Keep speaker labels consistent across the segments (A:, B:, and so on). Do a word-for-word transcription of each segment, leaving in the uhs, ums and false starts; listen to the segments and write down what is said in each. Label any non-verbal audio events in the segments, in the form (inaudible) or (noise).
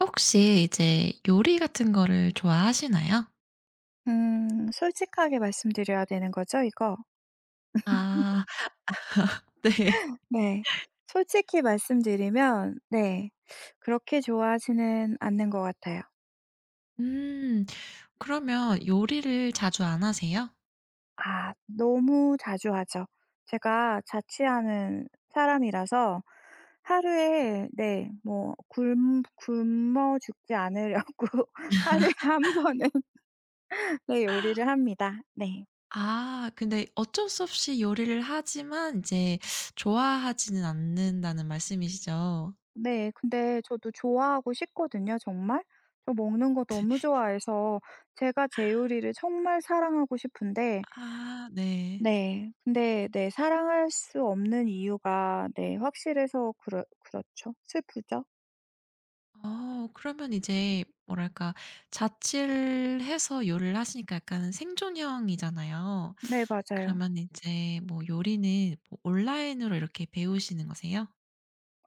A: 혹시 이제 요리 같은 거를 좋아하시나요?
B: 음. 솔직하게 말씀드려야 되는 거죠, 이거?
A: 아. (laughs) 네.
B: 네. 솔직히 말씀드리면 네, 그렇게 좋아하지는 않는 것 같아요.
A: 음. 그러면 요리를 자주 안 하세요?
B: 아, 너무 자주 하죠. 제가 자취하는 사람이라서 하루에 네 뭐 굶 굶어 죽지 않으려고 (laughs) 하루에 한 번은 (laughs) 네, 요리를 합니다. 네.
A: 아. 근데 어쩔 수 없이 요리를 하지만 이제 좋아하지는 않는다는 말씀이시죠?
B: 네. 근데 저도 좋아하고 싶거든요 정말. 저 먹는 거 너무 좋아해서 제가 제 요리를 정말 사랑하고 싶은데
A: 아 네.
B: 네, 근데 네, 사랑할 수 없는 이유가 네 확실해서 그렇 그렇죠. 슬프죠.
A: 어 그러면 이제 뭐랄까 자취를 해서 요리를 하시니까 약간 생존형이잖아요.
B: 네, 맞아요.
A: 그러면 이제 뭐 요리는 뭐 온라인으로 이렇게 배우시는 거세요?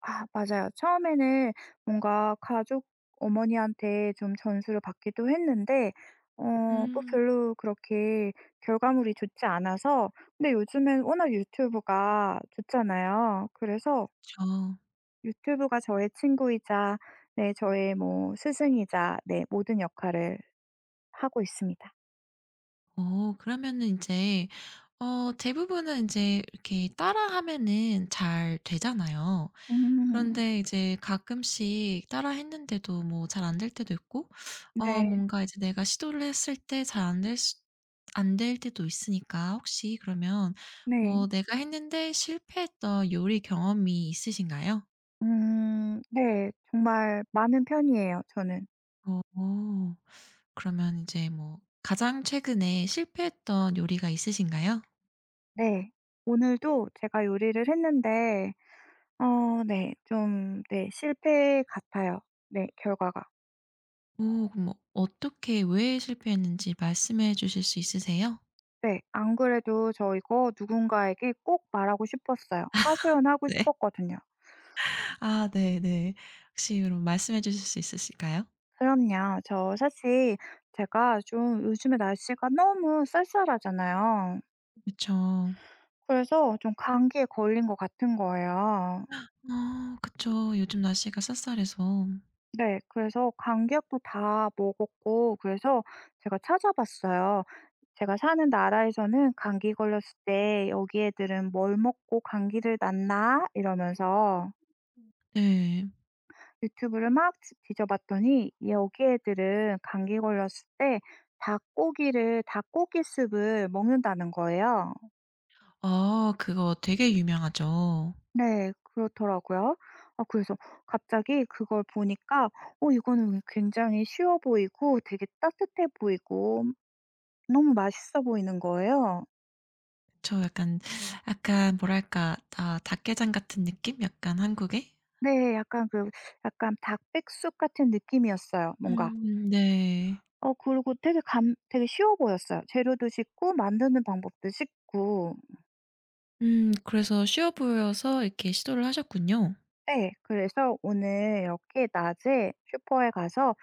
B: 아, 맞아요. 처음에는 뭔가 가족, 어머니한테 좀 전수를 받기도 했는데, 어 뭐
A: 음.
B: 별로 그렇게 결과물이 좋지 않아서. 근데 요즘엔 워낙 유튜브가 좋잖아요. 그래서
A: 그쵸.
B: 유튜브가 저의 친구이자 네, 저의 뭐 스승이자 네, 모든 역할을 하고 있습니다.
A: 어 그러면은 이제 어 대부분은 이제 이렇게 따라하면은 잘 되잖아요.
B: 음.
A: 그런데 이제 가끔씩 따라했는데도 뭐 잘 안 될 때도 있고 어
B: 네.
A: 뭔가 이제 내가 시도를 했을 때 잘 안 될 수 안 될 때도 있으니까 혹시 그러면
B: 네.
A: 뭐 내가 했는데 실패했던 요리 경험이 있으신가요?
B: 음, 네. 정말 많은 편이에요 저는.
A: 어. 어, 그러면 이제 뭐 가장 최근에 실패했던 요리가 있으신가요?
B: 네. 오늘도 제가 요리를 했는데 어 네 좀 네, 실패 같아요. 네, 결과가.
A: 오, 그럼 어떻게 왜 실패했는지 말씀해 주실 수 있으세요?
B: 네. 안 그래도 저 이거 누군가에게 꼭 말하고 싶었어요.
A: (laughs)
B: 하소연하고
A: 네.
B: 싶었거든요.
A: 아 네네. 혹시 그럼 말씀해 주실 수 있으실까요?
B: 그럼요. 저 사실 제가 좀 요즘에 날씨가 너무 쌀쌀하잖아요.
A: 그쵸.
B: 그래서 좀 감기에 걸린 것 같은 거예요.
A: 아 그쵸. 요즘 날씨가 쌀쌀해서.
B: 네. 그래서 감기약도 다 먹었고, 그래서 제가 찾아봤어요. 제가 사는 나라에서는 감기 걸렸을 때 "여기 애들은 뭘 먹고 감기를 낫나?" 이러면서
A: 네.
B: 유튜브를 막 지 뒤져봤더니, 여기 애들은 감기 걸렸을 때 닭고기를 닭고기 스уп을 먹는다는 거예요.
A: 아 그거 되게 유명하죠.
B: 네. 그렇더라고요. 아, 그래서 갑자기 그걸 보니까 어, 이거는 굉장히 쉬워 보이고 되게 따뜻해 보이고 너무 맛있어 보이는 거예요.
A: 그쵸. 약간 약간 뭐랄까 아 닭게장 같은 느낌? 약간 한국의?
B: 네. 약간 그, 약간 닭백숙 같은 느낌이었어요 뭔가.
A: 음 네.
B: 어, 그리고 되게 감 되게 쉬워 보였어요. 재료도 쉽고 만드는 방법도 쉽고.
A: 음 그래서 쉬워 보여서 이렇게 시도를 하셨군요.
B: 네, 그래서 오늘 이렇게 낮에 슈퍼에 가서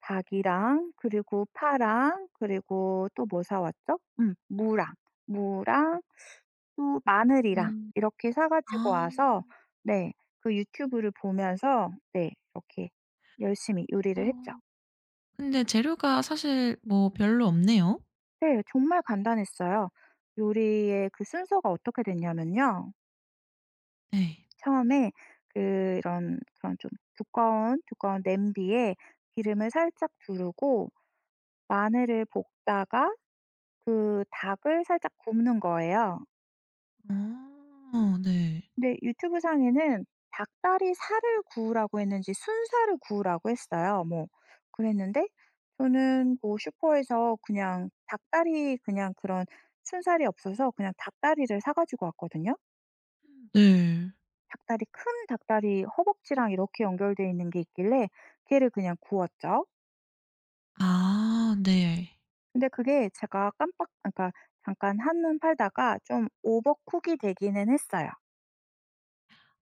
B: 닭이랑 그리고 파랑 그리고 또 뭐 사 왔죠? 음, 무랑, 무랑 또 마늘이랑
A: 음.
B: 이렇게 사 가지고
A: 아.
B: 와서 네, 그 유튜브를 보면서 네 이렇게 열심히 요리를 했죠.
A: 어. 근데 재료가 사실 뭐 별로 없네요.
B: 네, 정말 간단했어요. 요리의 그 순서가 어떻게 됐냐면요,
A: 네.
B: 처음에 그런 그런 좀 두꺼운 두꺼운 냄비에 기름을 살짝 두르고 마늘을 볶다가 그 닭을 살짝 굽는 거예요.
A: 어 네.
B: 근데 유튜브 상에는 닭다리 살을 구우라고 했는지 순살을 구우라고 했어요. 뭐 그랬는데, 저는 뭐 슈퍼에서 그냥 닭다리, 그냥 그런 순살이 없어서 그냥 닭다리를 사 가지고 왔거든요.
A: 네.
B: 닭다리, 큰 닭다리 허벅지랑 이렇게 연결되어 있는 게 있길래 걔를 그냥 구웠죠.
A: 아 네.
B: 근데 그게 제가 깜빡, 아, 그러니까 잠깐 한눈 팔다가 좀 오버쿡이 되기는 했어요.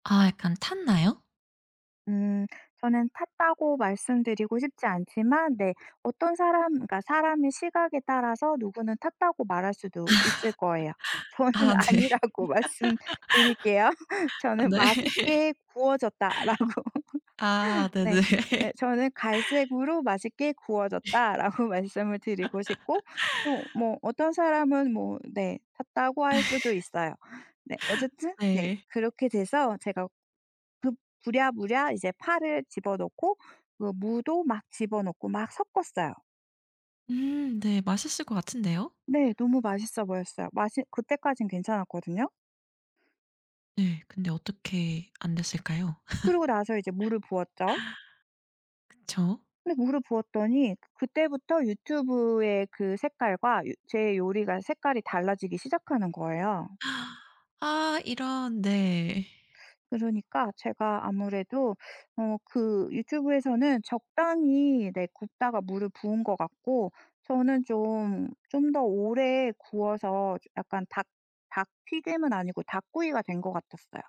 A: 아 약간 탔나요?
B: 음, 저는 탔다고 말씀드리고 싶지 않지만 네, 어떤 사람, 그러니까 사람의 시각에 따라서 누구는 탔다고 말할 수도 있을 거예요. 저는
A: 아
B: (laughs)
A: 네.
B: 아니라고 말씀드릴게요. (laughs)
A: (laughs)
B: 저는
A: 네.
B: '맛있게 구워졌다.'라고.
A: 아 네네.
B: 네. 네.
A: (laughs)
B: 저는 "갈색으로 맛있게 구워졌다."라고 (laughs) 말씀을 드리고 싶고, 또 뭐 어떤 사람은 뭐 네 탔다고 할 수도 있어요. 네, 어쨌든 네
A: 네.
B: 그렇게 돼서 제가 급, 부랴부랴 이제 파를 집어넣고 그 무도 막 집어넣고 막 섞었어요.
A: 음 네. 맛있을 것 같은데요.
B: 네, 너무 맛있어 보였어요. 맛이 그때까진 괜찮았거든요.
A: 네. 근데 어떻게 안 됐을까요? (laughs)
B: 그러고 나서 이제 물을 부었죠.
A: 그죠
B: 근데 물을 부었더니 그때부터 유튜브의 그 색깔과 유 제 요리가 색깔이 달라지기 시작하는 거예요.
A: 아 이런. 네.
B: 그러니까 제가 아무래도 어, 그 유튜브에서는 적당히 네 굽다가 물을 부은 것 같고, 저는 좀 좀 더 오래 구워서 약간 닭 닭 튀김은 아니고 닭구이가 된 것 같았어요.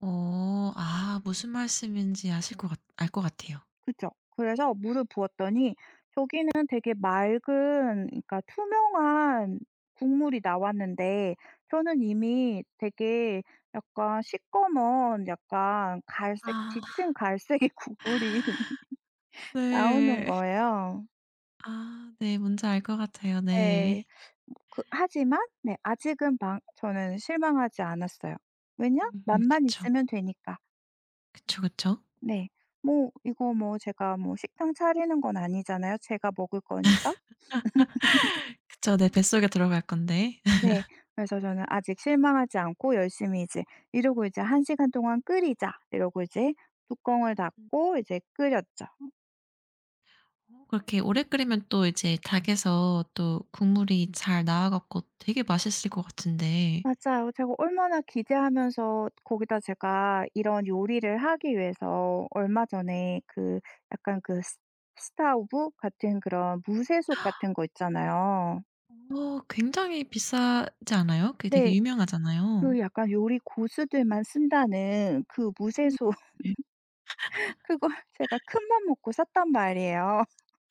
A: 어 아 무슨 말씀인지 아실 것 같 알 것 같아요.
B: 그죠. 그래서 물을 부었더니 저기는 되게 맑은, 그러니까 투명한 국물이 나왔는데, 저는 이미 되게 약간 시꺼먼, 약간 갈색,
A: 아.
B: 짙은 갈색의 국물이 (laughs)
A: (laughs)
B: 나오는
A: 네.
B: 거예요.
A: 아 네. 뭔지 알 것 같아요.
B: 네.
A: 네.
B: 그, 하지만 네 아직은 망 저는 실망하지 않았어요. 왜냐?
A: 음. (laughs) 음
B: 맛만
A: 그쵸.
B: 있으면 되니까.
A: 그쵸, 그쵸.
B: 네. 뭐 이거 뭐 제가 뭐 식당 차리는 건 아니잖아요. 제가 먹을 거니까.
A: 그쵸. 네. 뱃속에 들어갈 건데. (laughs)
B: 네. 그래서 저는 아직 실망하지 않고 열심히 이제 이러고, '이제 한 시간 동안 끓이자.' 이러고 이제 뚜껑을
A: 음.
B: 닫고 이제 끓였죠.
A: 어 그렇게 오래 끓이면 또 이제 닭에서 또 국물이 잘 나와 갖고 되게 맛있을 것 같은데.
B: 맞아요. 제가 얼마나 기대하면서. 거기다 제가 이런 요리를 하기 위해서 얼마 전에 그 약간 그 스 스타우브 같은 그런 무쇠솥 같은 거 있잖아요.
A: 어. 어 굉장히 비싸지 않아요? 그게 되게
B: 네.
A: 유명하잖아요.
B: 그 약간 요리 고수들만 쓴다는 그
A: 음.
B: 무쇠솥,
A: 네.
B: (laughs) 그걸 제가 큰 맘 먹고 샀단 말이에요.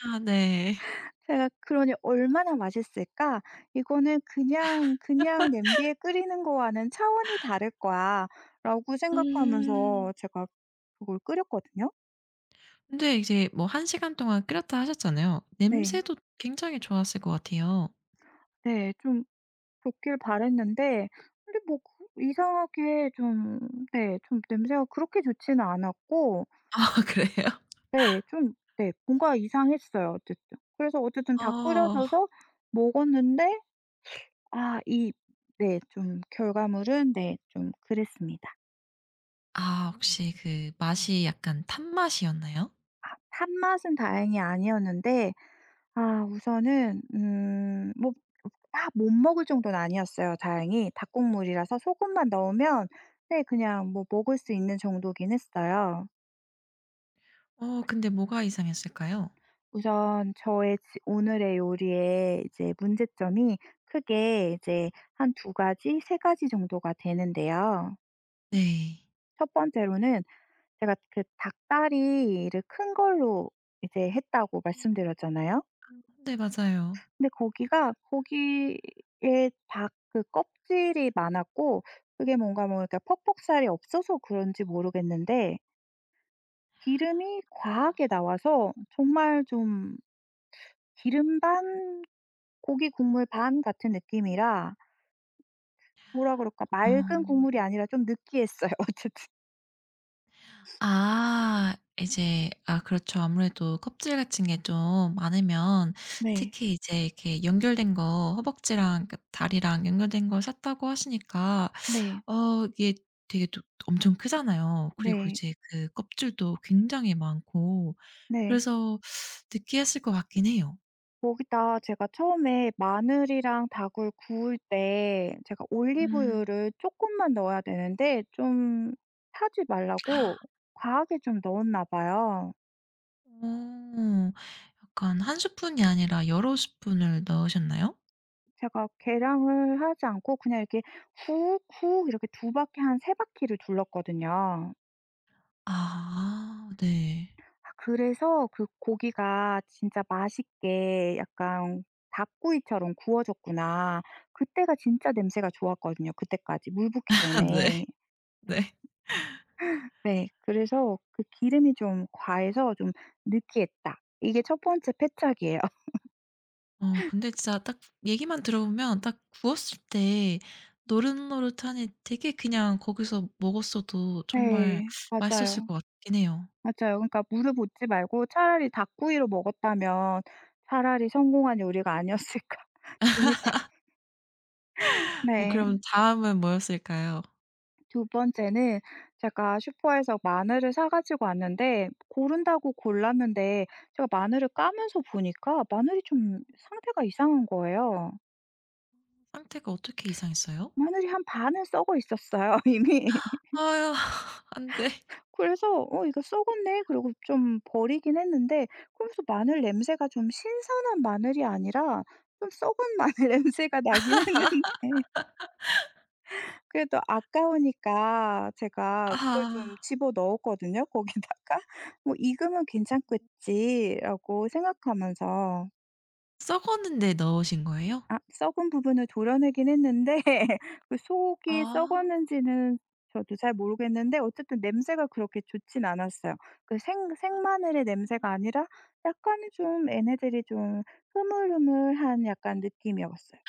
A: 아 네.
B: 제가 그러니 '얼마나 맛있을까? 이거는 그냥, 그냥 냄비에 끓이는 거와는 차원이 다를 거야.'라고
A: 음.
B: 생각하면서 제가 그걸 끓였거든요.
A: 근데 이제 뭐 한 시간 동안 끓였다 하셨잖아요.
B: 네.
A: 냄새도 굉장히 좋았을 것 같아요.
B: 네. 좀 좋길 바랐는데, 근데 뭐 그 이상하게 좀 네 좀 냄새가 그렇게 좋지는 않았고
A: (laughs) 아 그래요?
B: 네 좀 네, 뭔가 이상했어요 어쨌든. 그래서 어쨌든 다
A: 어.
B: 끓여져서 먹었는데, 아 이, 네 좀 결과물은 네 좀 그랬습니다.
A: 아 혹시 그 맛이 약간 탄 맛이었나요?
B: 아맛은 다행히 아니었는데, 아 우선은 음 뭐 다 못 먹을 정도는 아니었어요 다행히. 닭국물이라서 소금만 넣으면 네 그냥 뭐 먹을 수 있는 정도긴 했어요.
A: 어 근데 뭐가 이상했을까요?
B: 우선 저의 지 오늘의 요리의 이제 문제점이 크게 이제 한 두 가지, 세 가지 정도가 되는데요.
A: 네.
B: 첫 번째로는 제가 그 닭다리를 큰 걸로 이제 했다고 말씀드렸잖아요.
A: 네 맞아요.
B: 근데 거기가 고기에 닭 그 껍질이 많았고 그게 뭔가 뭐 이렇게 퍽퍽살이 없어서 그런지 모르겠는데 기름이 과하게 나와서 정말 좀 기름 반 고기 국물 반 같은 느낌이라 뭐라 그럴까, 맑은
A: 어.
B: 국물이 아니라 좀 느끼했어요 (laughs) 어쨌든.
A: 아 이제 아 그렇죠. 아무래도 껍질 같은 게 좀 많으면
B: 네.
A: 특히 이제 이렇게 연결된 거 허벅지랑 그 다리랑 연결된 걸 샀다고 하시니까
B: 네.
A: 어 이게 되게 또 엄청 크잖아요. 그리고
B: 네.
A: 이제 그 껍질도 굉장히 많고
B: 네.
A: 그래서 느끼했을 것 같긴 해요.
B: 거기다 제가 처음에 마늘이랑 닭을 구울 때 제가
A: 음.
B: 올리브유를 조금만 넣어야 되는데 좀 타지 말라고 과하게 좀 넣었나 봐요.
A: 어. 약간 한 스푼이 아니라 여러 스푼을 넣으셨나요?
B: 제가 계량을 하지 않고 그냥 이렇게 훅훅 이렇게 두 바퀴, 한 세 바퀴를 둘렀거든요.
A: 아 네.
B: 아, 그래서 그 고기가 진짜 맛있게 약간 '닭구이처럼 구워졌구나.' 그때가 진짜 냄새가 좋았거든요, 그때까지 물 붓기
A: (laughs) 네.
B: 전에.
A: 네.
B: 네. 그래서 그 기름이 좀 과해서 좀 느끼했다. 이게 첫 번째 패착이에요.
A: 어 근데 진짜 딱 얘기만 들어보면 딱 구웠을 때 노릇노릇하니 되게 그냥 거기서 먹었어도
B: (laughs)
A: 정말
B: 네.
A: 맛있었을
B: 맞아요.
A: 것 같긴 해요.
B: 맞아요. 그러니까 무릎 붓지 말고 차라리 닭구이로 먹었다면 차라리 성공한 요리가 아니었을까. (laughs) 뒤,
A: 어
B: 네.
A: 그럼 다음은 뭐였을까요?
B: 두 번째는 제가 슈퍼에서 마늘을 사 가지고 왔는데 고른다고 골랐는데 제가 마늘을 까면서 보니까 마늘이 좀 상태가 이상한 거예요.
A: 상태가 어떻게 이상했어요?
B: 마늘이 한 반은 썩어 있었어요 (laughs) 이미.
A: 아유 (laughs) 안 돼.
B: 그래서 '어, 이거 썩었네.' 그리고 좀 버리긴 했는데, 그러면서 마늘 냄새가 좀 신선한 마늘이 아니라 좀 썩은 (laughs) 마늘 냄새가 나긴 했는데, 그래도 아까우니까 제가 그걸 좀
A: 아
B: 집어 넣었거든요 거기다가. '뭐 익으면 괜찮겠지.'라고 생각하면서.
A: 썩었는데 넣으신 거예요?
B: 아, 썩은 부분을 도려내긴 했는데 (laughs) 그 속이
A: 아.
B: 썩었는지는 저도 잘 모르겠는데, 어쨌든 냄새가 그렇게 좋진 않았어요. 그 생 생마늘의 냄새가 아니라 약간 좀 얘네들이 좀 흐물흐물한 약간 느낌이었어요.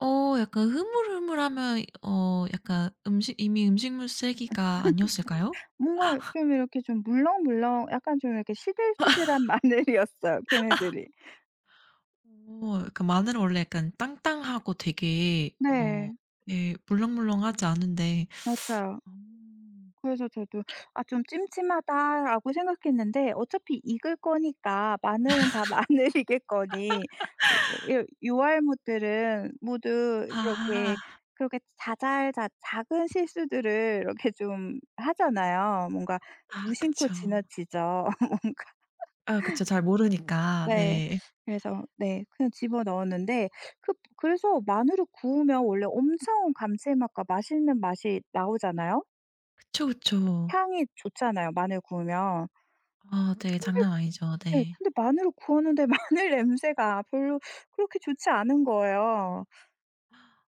A: 어 약간 흐물흐물하면 어 약간 음식 이미 음식물 쓰레기가 아니었을까요?
B: 뭔가 좀 이렇게 좀 물렁물렁, 약간 좀 이렇게 시들시들한 (laughs) 마늘이었어요 걔네들이.
A: 어 음. 약간 마늘은 원래 약간 땅땅하고 되게 어
B: 네.
A: 예 물렁물렁하지 않은데.
B: 맞아요.
A: 음.
B: 그래서 저도 '아, 좀 찜찜하다.'라고 생각했는데, 어차피 익을 거니까 마늘은 다 (laughs) 마늘이겠거니. 뭐 요, 요알못들은 모두 그렇게,
A: 아.
B: 그렇게 자잘자 작은 실수들을 이렇게 좀 하잖아요. 뭔가
A: 아
B: 무심코
A: 그쵸.
B: 지나치죠. (laughs) 뭔가,
A: 아 그쵸. 잘 모르니까.
B: 네.
A: 네.
B: 그래서 네 그냥 집어넣었는데, 그 그래서 마늘을 구우면 원래 엄청 감칠맛과 맛있는 맛이 나오잖아요.
A: 그쵸, 그쵸.
B: 향이 좋잖아요 마늘 구우면.
A: 아 되게 아. 장난 아니죠.
B: 네.
A: 네.
B: 근데 마늘을 구웠는데 (laughs) 마늘 냄새가 별로 그렇게 좋지 않은 거예요.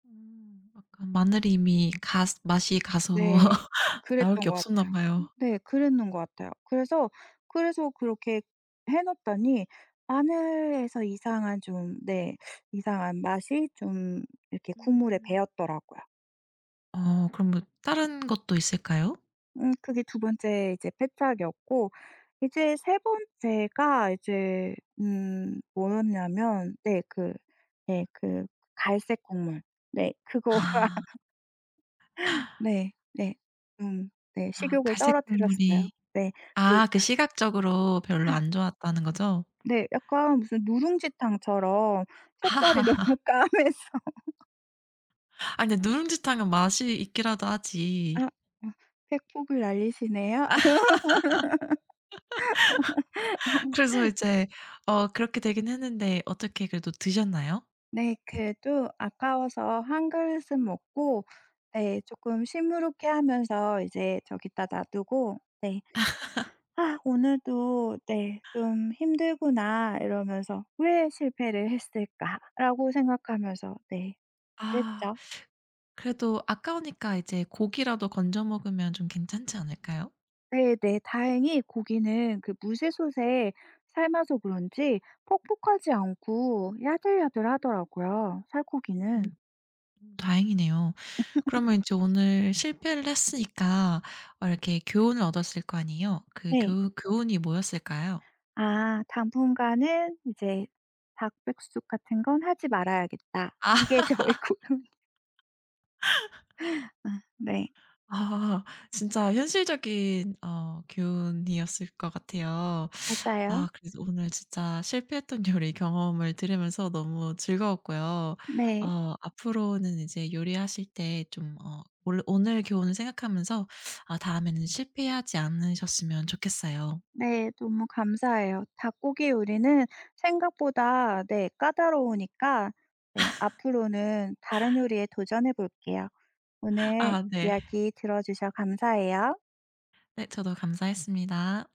A: 음. 약간 마늘이 이미 가스 맛이 가서
B: 네.
A: (laughs) 나올 게
B: 그랬던 것
A: 없었나
B: 같아요.
A: 봐요.
B: 네. 그랬는 것 같아요. 그래서, 그래서 그렇게 해 놓았더니 마늘에서 이상한 좀 네 이상한 맛이 좀 이렇게 국물에
A: 음.
B: 배었더라고요.
A: 어 그럼 뭐 다른 것도 있을까요?
B: 음, 그게 두 번째 이제 패착이었고, 이제 세 번째가 이제 음 뭐였냐면 네 그, 네 그 갈색 국물, 네 그거,
A: 아.
B: 네. 네. 음 네.
A: 아
B: 식욕을
A: 갈색
B: 떨어뜨렸어요.
A: 국물이
B: 네. 그
A: 아 그 시각적으로 별로 안 좋았다는 거죠?
B: 네 약간 무슨 누룽지탕처럼 색깔이 너무 (laughs)
A: (laughs)
B: 까매서.
A: 아니 근데 누룽지탕은 맛이 있기라도 하지.
B: 아아폭을 날리시네요.
A: 그래서 이제 어 그렇게 되긴 했는데 어떻게 그래도 드셨나요?
B: 네. 그래도 아까워서 한 그릇은 먹고 네 쪼끔 시무룩해 하면서 이제 저기다 놔두고 네 '아, 오늘도 네 좀 힘들구나.' 이러면서 '왜 실패를 했을까?'라고 생각하면서 네
A: 아
B: 그랬죠.
A: 그래도 아까우니까 이제 고기라도 건져 먹으면 좀 괜찮지 않을까요?
B: 네네. 다행히 고기는 그 무쇠솥에 삶아서 그런지 퍽퍽하지 않고 야들야들하더라고요,
A: 음
B: 살코기는.
A: 다행이네요. 그러면 인제 오늘 실패를 했으니까 어 이렇게 교훈을 얻었을 거 아니에요? 그
B: 네.
A: 교 교훈이 뭐였을까요?
B: 아, 당분간은 이제 '닭백숙 같은 건 하지 말아야겠다.'
A: 아!
B: 이게 (laughs) 저의 고민. 네.
A: 아 진짜 현실적인 어 교훈이었을 것 같아요.
B: 맞아요.
A: 아 그래서 오늘 진짜 실패했던 요리 경험을 들으면서 너무 즐거웠고요.
B: 네.
A: 어 앞으로는 이제 요리하실 때 좀 어 올 오늘 교훈을 생각하면서 아 다음에는 실패하지 않으셨으면 좋겠어요.
B: 네, 너무 감사해요. 닭고기 요리는 생각보다 네 까다로우니까 네 앞으로는 다른 요리에 도전해 볼게요. 오늘
A: 아 네.
B: 이야기 들어주셔 감사해요.
A: 네 저도 감사했습니다.